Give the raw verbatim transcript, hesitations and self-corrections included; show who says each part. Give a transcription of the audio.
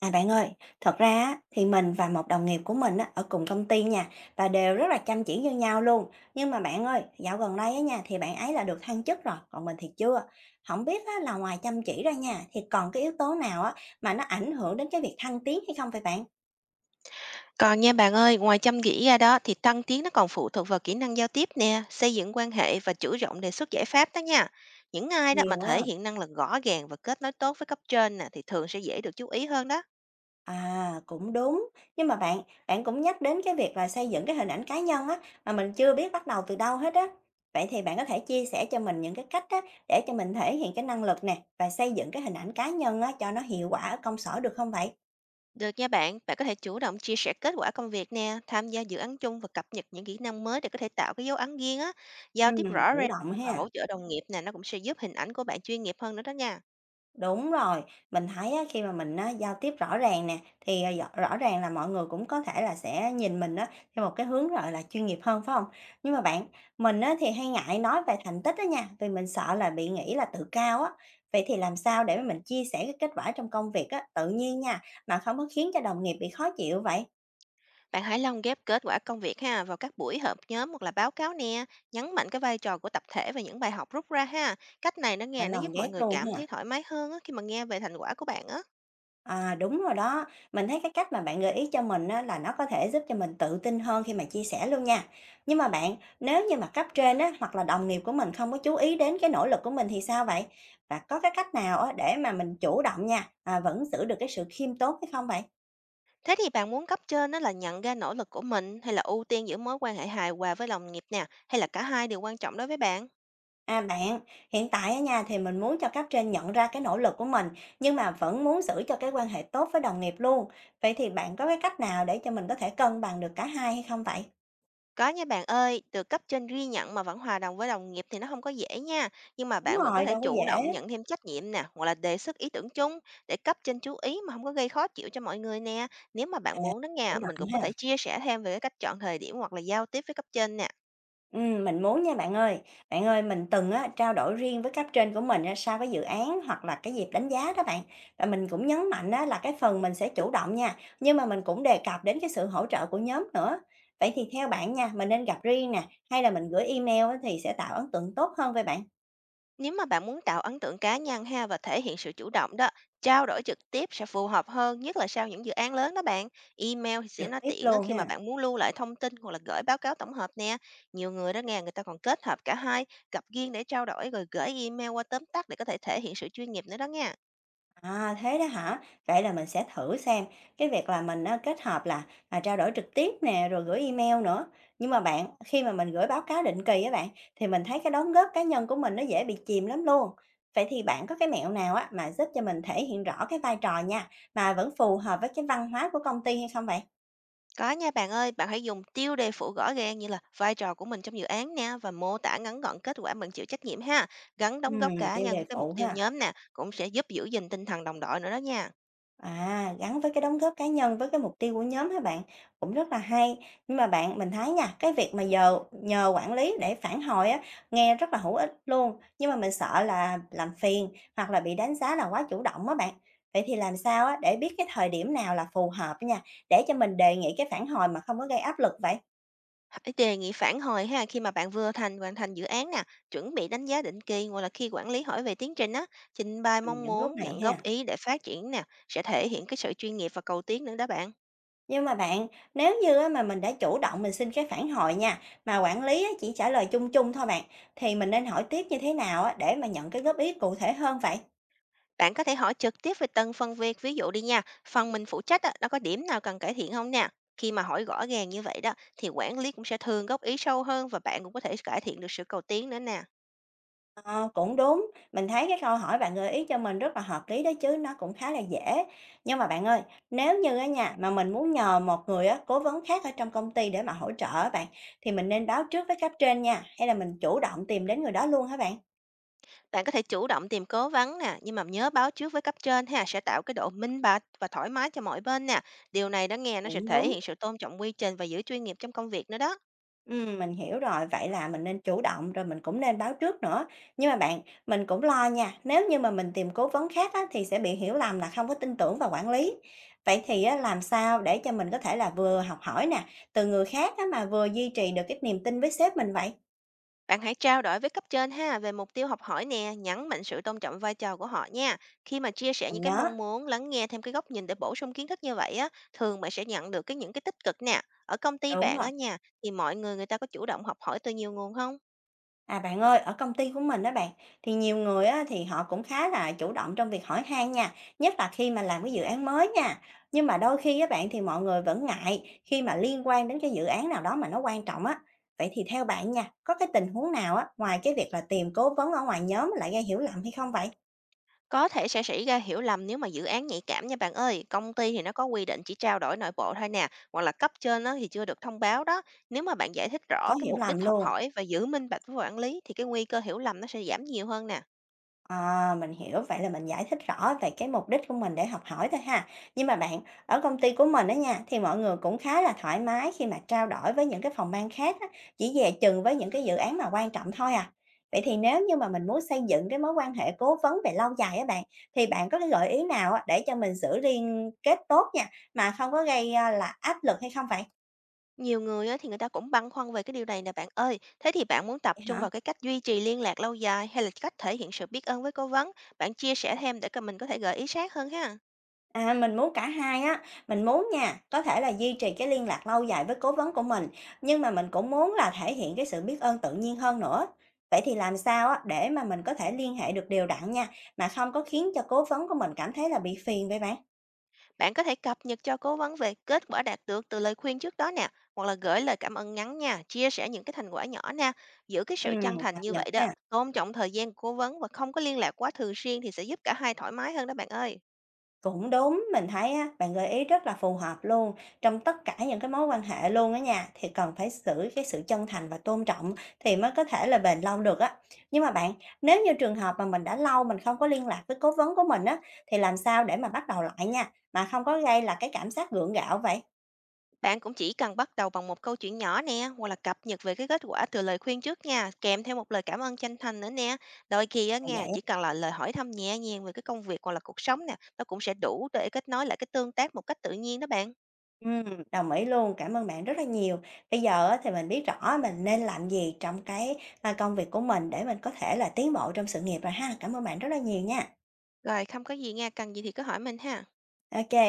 Speaker 1: À bạn ơi, thật ra á, thì mình và một đồng nghiệp của mình á, ở cùng công ty nha và đều rất là chăm chỉ như nhau luôn. Nhưng mà bạn ơi, dạo gần đây á nha thì bạn ấy là được thăng chức rồi, còn mình thì chưa. Không biết á, là ngoài chăm chỉ ra nha thì còn cái yếu tố nào á mà nó ảnh hưởng đến cái việc thăng tiến hay không vậy bạn?
Speaker 2: Còn nha bạn ơi, ngoài chăm chỉ ra đó thì thăng tiến nó còn phụ thuộc vào kỹ năng giao tiếp nè, xây dựng quan hệ và chủ động đề xuất giải pháp đó nha. Những ai đó mà
Speaker 1: Nhiều á.
Speaker 2: thể hiện năng lực rõ ràng và kết nối tốt với cấp trên nè thì thường sẽ dễ được chú ý hơn đó.
Speaker 1: À, cũng đúng. Nhưng mà bạn bạn cũng nhắc đến cái việc là xây dựng cái hình ảnh cá nhân á, mà mình chưa biết bắt đầu từ đâu hết á. Vậy thì bạn có thể chia sẻ cho mình những cái cách á, để cho mình thể hiện cái năng lực nè và xây dựng cái hình ảnh cá nhân á, cho nó hiệu quả ở công sở được không vậy?
Speaker 2: Được nha bạn, bạn có thể chủ động chia sẻ kết quả công việc nè, tham gia dự án chung và cập nhật những kỹ năng mới để có thể tạo cái dấu ấn riêng á, giao tiếp
Speaker 1: Ừm,
Speaker 2: rõ
Speaker 1: chủ
Speaker 2: ràng
Speaker 1: động
Speaker 2: và
Speaker 1: ha.
Speaker 2: hỗ trợ đồng nghiệp nè, nó cũng sẽ giúp hình ảnh của bạn chuyên nghiệp hơn nữa đó nha.
Speaker 1: Đúng rồi, mình thấy á, khi mà mình á, giao tiếp rõ ràng nè thì, ờ, rõ rõ ràng là mọi người cũng có thể là sẽ nhìn mình á, theo một cái hướng, gọi là, chuyên nghiệp hơn, phải không? Nhưng mà bạn, mình á, thì hay ngại nói về thành tích đó nha, vì mình sợ là bị nghĩ là tự cao á. Vậy thì làm sao để mà mình chia sẻ cái kết quả trong công việc á, tự nhiên nha, mà không có khiến cho đồng nghiệp bị khó chịu vậy?
Speaker 2: Bạn hãy lồng ghép kết quả công việc ha vào các buổi họp nhóm hoặc là báo cáo nè, nhấn mạnh cái vai trò của tập thể và những bài học rút ra ha. Cách này nó
Speaker 1: Mình
Speaker 2: nghe nó
Speaker 1: lòng
Speaker 2: giúp mọi
Speaker 1: ghép
Speaker 2: người
Speaker 1: luôn
Speaker 2: cảm
Speaker 1: ha.
Speaker 2: thấy thoải mái hơn á, khi mà nghe về thành quả của bạn á.
Speaker 1: À, đúng rồi đó. Mình thấy cái cách mà bạn gợi ý cho mình á, là nó có thể giúp cho mình tự tin hơn khi mà chia sẻ luôn nha. Nhưng mà bạn, nếu như mà cấp trên á, hoặc là đồng nghiệp của mình không có chú ý đến cái nỗ lực của mình thì sao vậy? Và có cái cách nào á, để mà mình chủ động nha, à, vẫn giữ được cái sự khiêm tốn hay không vậy?
Speaker 2: Thế thì bạn muốn cấp trên đó là nhận ra nỗ lực của mình, hay là ưu tiên giữ mối quan hệ hài hòa với đồng nghiệp nè, hay là cả hai đều quan trọng đối với bạn?
Speaker 1: À bạn, hiện tại ở nhà thì mình muốn cho cấp trên nhận ra cái nỗ lực của mình, nhưng mà vẫn muốn giữ cho cái quan hệ tốt với đồng nghiệp luôn. Vậy thì bạn có cái cách nào để cho mình có thể cân bằng được cả hai hay không vậy?
Speaker 2: Có nha bạn ơi, được cấp trên ghi nhận mà vẫn hòa đồng với đồng nghiệp thì nó không có dễ nha. Nhưng mà
Speaker 1: Đúng
Speaker 2: bạn vẫn có
Speaker 1: rồi,
Speaker 2: thể
Speaker 1: đâu có
Speaker 2: chủ
Speaker 1: dễ
Speaker 2: động nhận thêm trách nhiệm nè, hoặc là đề xuất ý tưởng chung để cấp trên chú ý mà không có gây khó chịu cho mọi người nè. Nếu mà bạn muốn đó
Speaker 1: chủ
Speaker 2: nha, mình
Speaker 1: động
Speaker 2: cũng có
Speaker 1: ha.
Speaker 2: thể chia sẻ thêm về cái cách chọn thời điểm hoặc là giao tiếp với cấp trên nè.
Speaker 1: Ừm, mình muốn nha bạn ơi. Bạn ơi, mình từng á, trao đổi riêng với cấp trên của mình á, sau cái dự án hoặc là cái dịp đánh giá đó bạn. Và mình cũng nhấn mạnh á, là cái phần mình sẽ chủ động nha, nhưng mà mình cũng đề cập đến cái sự hỗ trợ của nhóm nữa. Vậy thì theo bạn nha, mình nên gặp riêng nè, hay là mình gửi email á, thì sẽ tạo ấn tượng tốt hơn với bạn?
Speaker 2: Nếu mà bạn muốn tạo ấn tượng cá nhân ha và thể hiện sự chủ động đó, trao đổi trực tiếp sẽ phù hợp hơn, nhất là sau những dự án lớn đó bạn. Email thì sẽ
Speaker 1: Trực
Speaker 2: nó
Speaker 1: tiếp
Speaker 2: tiện á,
Speaker 1: luôn
Speaker 2: khi mà
Speaker 1: ha.
Speaker 2: bạn muốn lưu lại thông tin hoặc là gửi báo cáo tổng hợp nè. Nhiều người đó nghe người ta còn kết hợp cả hai, gặp riêng để trao đổi rồi gửi email qua tóm tắt để có thể thể hiện sự chuyên nghiệp nữa đó nha.
Speaker 1: À thế đó hả? Vậy là mình sẽ thử xem cái việc là mình á, kết hợp là à, trao đổi trực tiếp nè rồi gửi email nữa. Nhưng mà bạn khi mà mình gửi báo cáo định kỳ á bạn thì mình thấy cái đóng góp cá nhân của mình nó dễ bị chìm lắm luôn. Vậy thì bạn có cái mẹo nào á mà giúp cho mình thể hiện rõ cái vai trò nha mà vẫn phù hợp với cái văn hóa của công ty hay không vậy?
Speaker 2: Có nha bạn ơi, bạn hãy dùng tiêu đề phụ rõ ràng như là vai trò của mình trong dự án nè, và mô tả ngắn gọn kết quả mình chịu trách nhiệm ha. Gắn
Speaker 1: Ừ,
Speaker 2: đóng góp cá
Speaker 1: tiêu
Speaker 2: nhân
Speaker 1: đề
Speaker 2: với cái mục
Speaker 1: phụ
Speaker 2: tiêu
Speaker 1: ha.
Speaker 2: nhóm nè, cũng sẽ giúp giữ gìn tinh thần đồng đội nữa đó nha.
Speaker 1: À, gắn với cái đóng góp cá nhân với cái mục tiêu của nhóm hả bạn? Cũng rất là hay. Nhưng mà bạn mình thấy nha, cái việc mà giờ nhờ quản lý để phản hồi á nghe rất là hữu ích luôn, nhưng mà mình sợ là làm phiền hoặc là bị đánh giá là quá chủ động á bạn. Vậy thì làm sao á để biết cái thời điểm nào là phù hợp nha, để cho mình đề nghị cái phản hồi mà không có gây áp lực vậy?
Speaker 2: Hãy đề nghị phản hồi ha khi mà bạn vừa thành hoàn thành dự án nè, chuẩn bị đánh giá định kỳ, hoặc là khi quản lý hỏi về tiến trình á, trình bày
Speaker 1: Ừ,
Speaker 2: mong
Speaker 1: những lúc
Speaker 2: muốn,
Speaker 1: này
Speaker 2: nhận góp
Speaker 1: ha.
Speaker 2: ý để phát triển nè, sẽ thể hiện cái sự chuyên nghiệp và cầu tiến nữa đó bạn.
Speaker 1: Nhưng mà bạn, nếu như á mà mình đã chủ động mình xin cái phản hồi nha, mà quản lý á chỉ trả lời chung chung thôi bạn, thì mình nên hỏi tiếp như thế nào á để mà nhận cái góp ý cụ thể hơn vậy?
Speaker 2: Bạn có thể hỏi trực tiếp về từng phần việc, ví dụ đi nha, phần mình phụ trách á, nó có điểm nào cần cải thiện không nè. Khi mà hỏi rõ ràng như vậy đó thì quản lý cũng sẽ thường góp ý sâu hơn, và bạn cũng có thể cải thiện được sự cầu tiến nữa nè.
Speaker 1: Ờ, cũng đúng, mình thấy cái câu hỏi bạn gợi ý cho mình rất là hợp lý đó chứ, nó cũng khá là dễ. Nhưng mà bạn ơi, nếu như á nha, mà mình muốn nhờ một người á, cố vấn khác ở trong công ty để mà hỗ trợ á bạn, thì mình nên báo trước với cấp trên nha, hay là mình chủ động tìm đến người đó luôn hả bạn?
Speaker 2: Bạn có thể chủ động tìm cố vấn nè, nhưng mà nhớ báo trước với cấp trên ha, sẽ tạo cái độ minh bạch và thoải mái cho mọi bên nè. Điều này đã nghe nó sẽ
Speaker 1: Cũng
Speaker 2: thể
Speaker 1: đúng.
Speaker 2: hiện sự tôn trọng quy trình và giữ chuyên nghiệp trong công việc nữa đó.
Speaker 1: Ừm, mình hiểu rồi, vậy là mình nên chủ động rồi mình cũng nên báo trước nữa. Nhưng mà bạn, mình cũng lo nha, nếu như mà mình tìm cố vấn khác á, thì sẽ bị hiểu lầm là không có tin tưởng vào quản lý. Vậy thì á, làm sao để cho mình có thể là vừa học hỏi nè, từ người khác á, mà vừa duy trì được cái niềm tin với sếp mình vậy?
Speaker 2: Bạn hãy trao đổi với cấp trên ha về mục tiêu học hỏi nè, nhấn mạnh sự tôn trọng vai trò của họ nha. Khi mà chia sẻ
Speaker 1: Mình
Speaker 2: những cái
Speaker 1: nhớ,
Speaker 2: mong muốn, lắng nghe thêm cái góc nhìn để bổ sung kiến thức như vậy á, thường bạn sẽ nhận được cái những cái tích cực nè. Ở công ty
Speaker 1: đúng
Speaker 2: bạn
Speaker 1: rồi.
Speaker 2: á nha, thì mọi người người ta có chủ động học hỏi từ nhiều nguồn không?
Speaker 1: À, bạn ơi, ở công ty của mình đó bạn, thì nhiều người á, thì họ cũng khá là chủ động trong việc hỏi han nha, nhất là khi mà làm cái dự án mới nha. Nhưng mà đôi khi á bạn thì mọi người vẫn ngại khi mà liên quan đến cái dự án nào đó mà nó quan trọng á. Vậy thì theo bạn nha, có cái tình huống nào á, ngoài cái việc là tìm cố vấn ở ngoài nhóm lại gây hiểu lầm hay không vậy?
Speaker 2: Có thể sẽ xảy ra hiểu lầm nếu mà dự án nhạy cảm nha bạn ơi. Công ty thì nó có quy định chỉ trao đổi nội bộ thôi nè, hoặc là cấp trên á, thì chưa được thông báo đó. Nếu mà bạn giải thích rõ
Speaker 1: Có
Speaker 2: cái
Speaker 1: hiểu
Speaker 2: mục
Speaker 1: lầm
Speaker 2: đích học
Speaker 1: luôn.
Speaker 2: hỏi và giữ minh bạch với quản lý, thì cái nguy cơ hiểu lầm nó sẽ giảm nhiều hơn nè.
Speaker 1: À, mình hiểu, vậy là mình giải thích rõ về cái mục đích của mình để học hỏi thôi ha. Nhưng mà bạn, ở công ty của mình đó nha, thì mọi người cũng khá là thoải mái khi mà trao đổi với những cái phòng ban khác á, chỉ dè chừng với những cái dự án mà quan trọng thôi à. Vậy thì nếu như mà mình muốn xây dựng cái mối quan hệ cố vấn về lâu dài á bạn, thì bạn có cái gợi ý nào á để cho mình giữ liên kết tốt nha, mà không có gây à, là áp lực hay không vậy?
Speaker 2: Nhiều người á, thì người ta cũng băn khoăn về cái điều này nè bạn ơi. Thế thì bạn muốn tập trung
Speaker 1: Hả?
Speaker 2: vào cái cách duy trì liên lạc lâu dài, hay là cách thể hiện sự biết ơn với cố vấn? Bạn chia sẻ thêm để cả mình có thể gợi ý sát hơn ha.
Speaker 1: À, mình muốn cả hai á, mình muốn nha, có thể là duy trì cái liên lạc lâu dài với cố vấn của mình, nhưng mà mình cũng muốn là thể hiện cái sự biết ơn tự nhiên hơn nữa. Vậy thì làm sao á để mà mình có thể liên hệ được đều đặn nha, mà không có khiến cho cố vấn của mình cảm thấy là bị phiền vậy bạn?
Speaker 2: Bạn có thể cập nhật cho cố vấn về kết quả đạt được từ lời khuyên trước đó nè, hoặc là gửi lời cảm ơn ngắn nha, chia sẻ những cái thành quả nhỏ nè, giữ cái sự
Speaker 1: Ừm,
Speaker 2: chân thành
Speaker 1: cập
Speaker 2: như
Speaker 1: nhật
Speaker 2: vậy đó.
Speaker 1: ha.
Speaker 2: Tôn trọng thời gian của cố vấn và không có liên lạc quá thường xuyên thì sẽ giúp cả hai thoải mái hơn đó bạn ơi.
Speaker 1: Cũng đúng, mình thấy á, bạn gợi ý rất là phù hợp luôn. Trong tất cả những cái mối quan hệ luôn á nha, thì cần phải giữ cái sự chân thành và tôn trọng thì mới có thể là bền lâu được á. Nhưng mà bạn, nếu như trường hợp mà mình đã lâu mình không có liên lạc với cố vấn của mình á, thì làm sao để mà bắt đầu lại nha, mà không có gây là cái cảm giác gượng gạo vậy?
Speaker 2: Bạn cũng chỉ cần bắt đầu bằng một câu chuyện nhỏ nè, hoặc là cập nhật về cái kết quả từ lời khuyên trước nha, kèm theo một lời cảm ơn chân thành nữa nè. Đôi khi
Speaker 1: À,
Speaker 2: á nha,
Speaker 1: vậy.
Speaker 2: chỉ cần là lời hỏi thăm nhẹ nhàng về cái công việc hoặc là cuộc sống nè, nó cũng sẽ đủ để kết nối lại cái tương tác một cách tự nhiên đó bạn.
Speaker 1: Ừm, đồng ý luôn, cảm ơn bạn rất là nhiều. Bây giờ á, thì mình biết rõ mình nên làm gì trong cái à, công việc của mình để mình có thể là tiến bộ trong sự nghiệp rồi ha. Cảm ơn bạn rất là nhiều nha.
Speaker 2: Rồi, không có gì nha, cần gì thì cứ hỏi mình ha.
Speaker 1: Ok.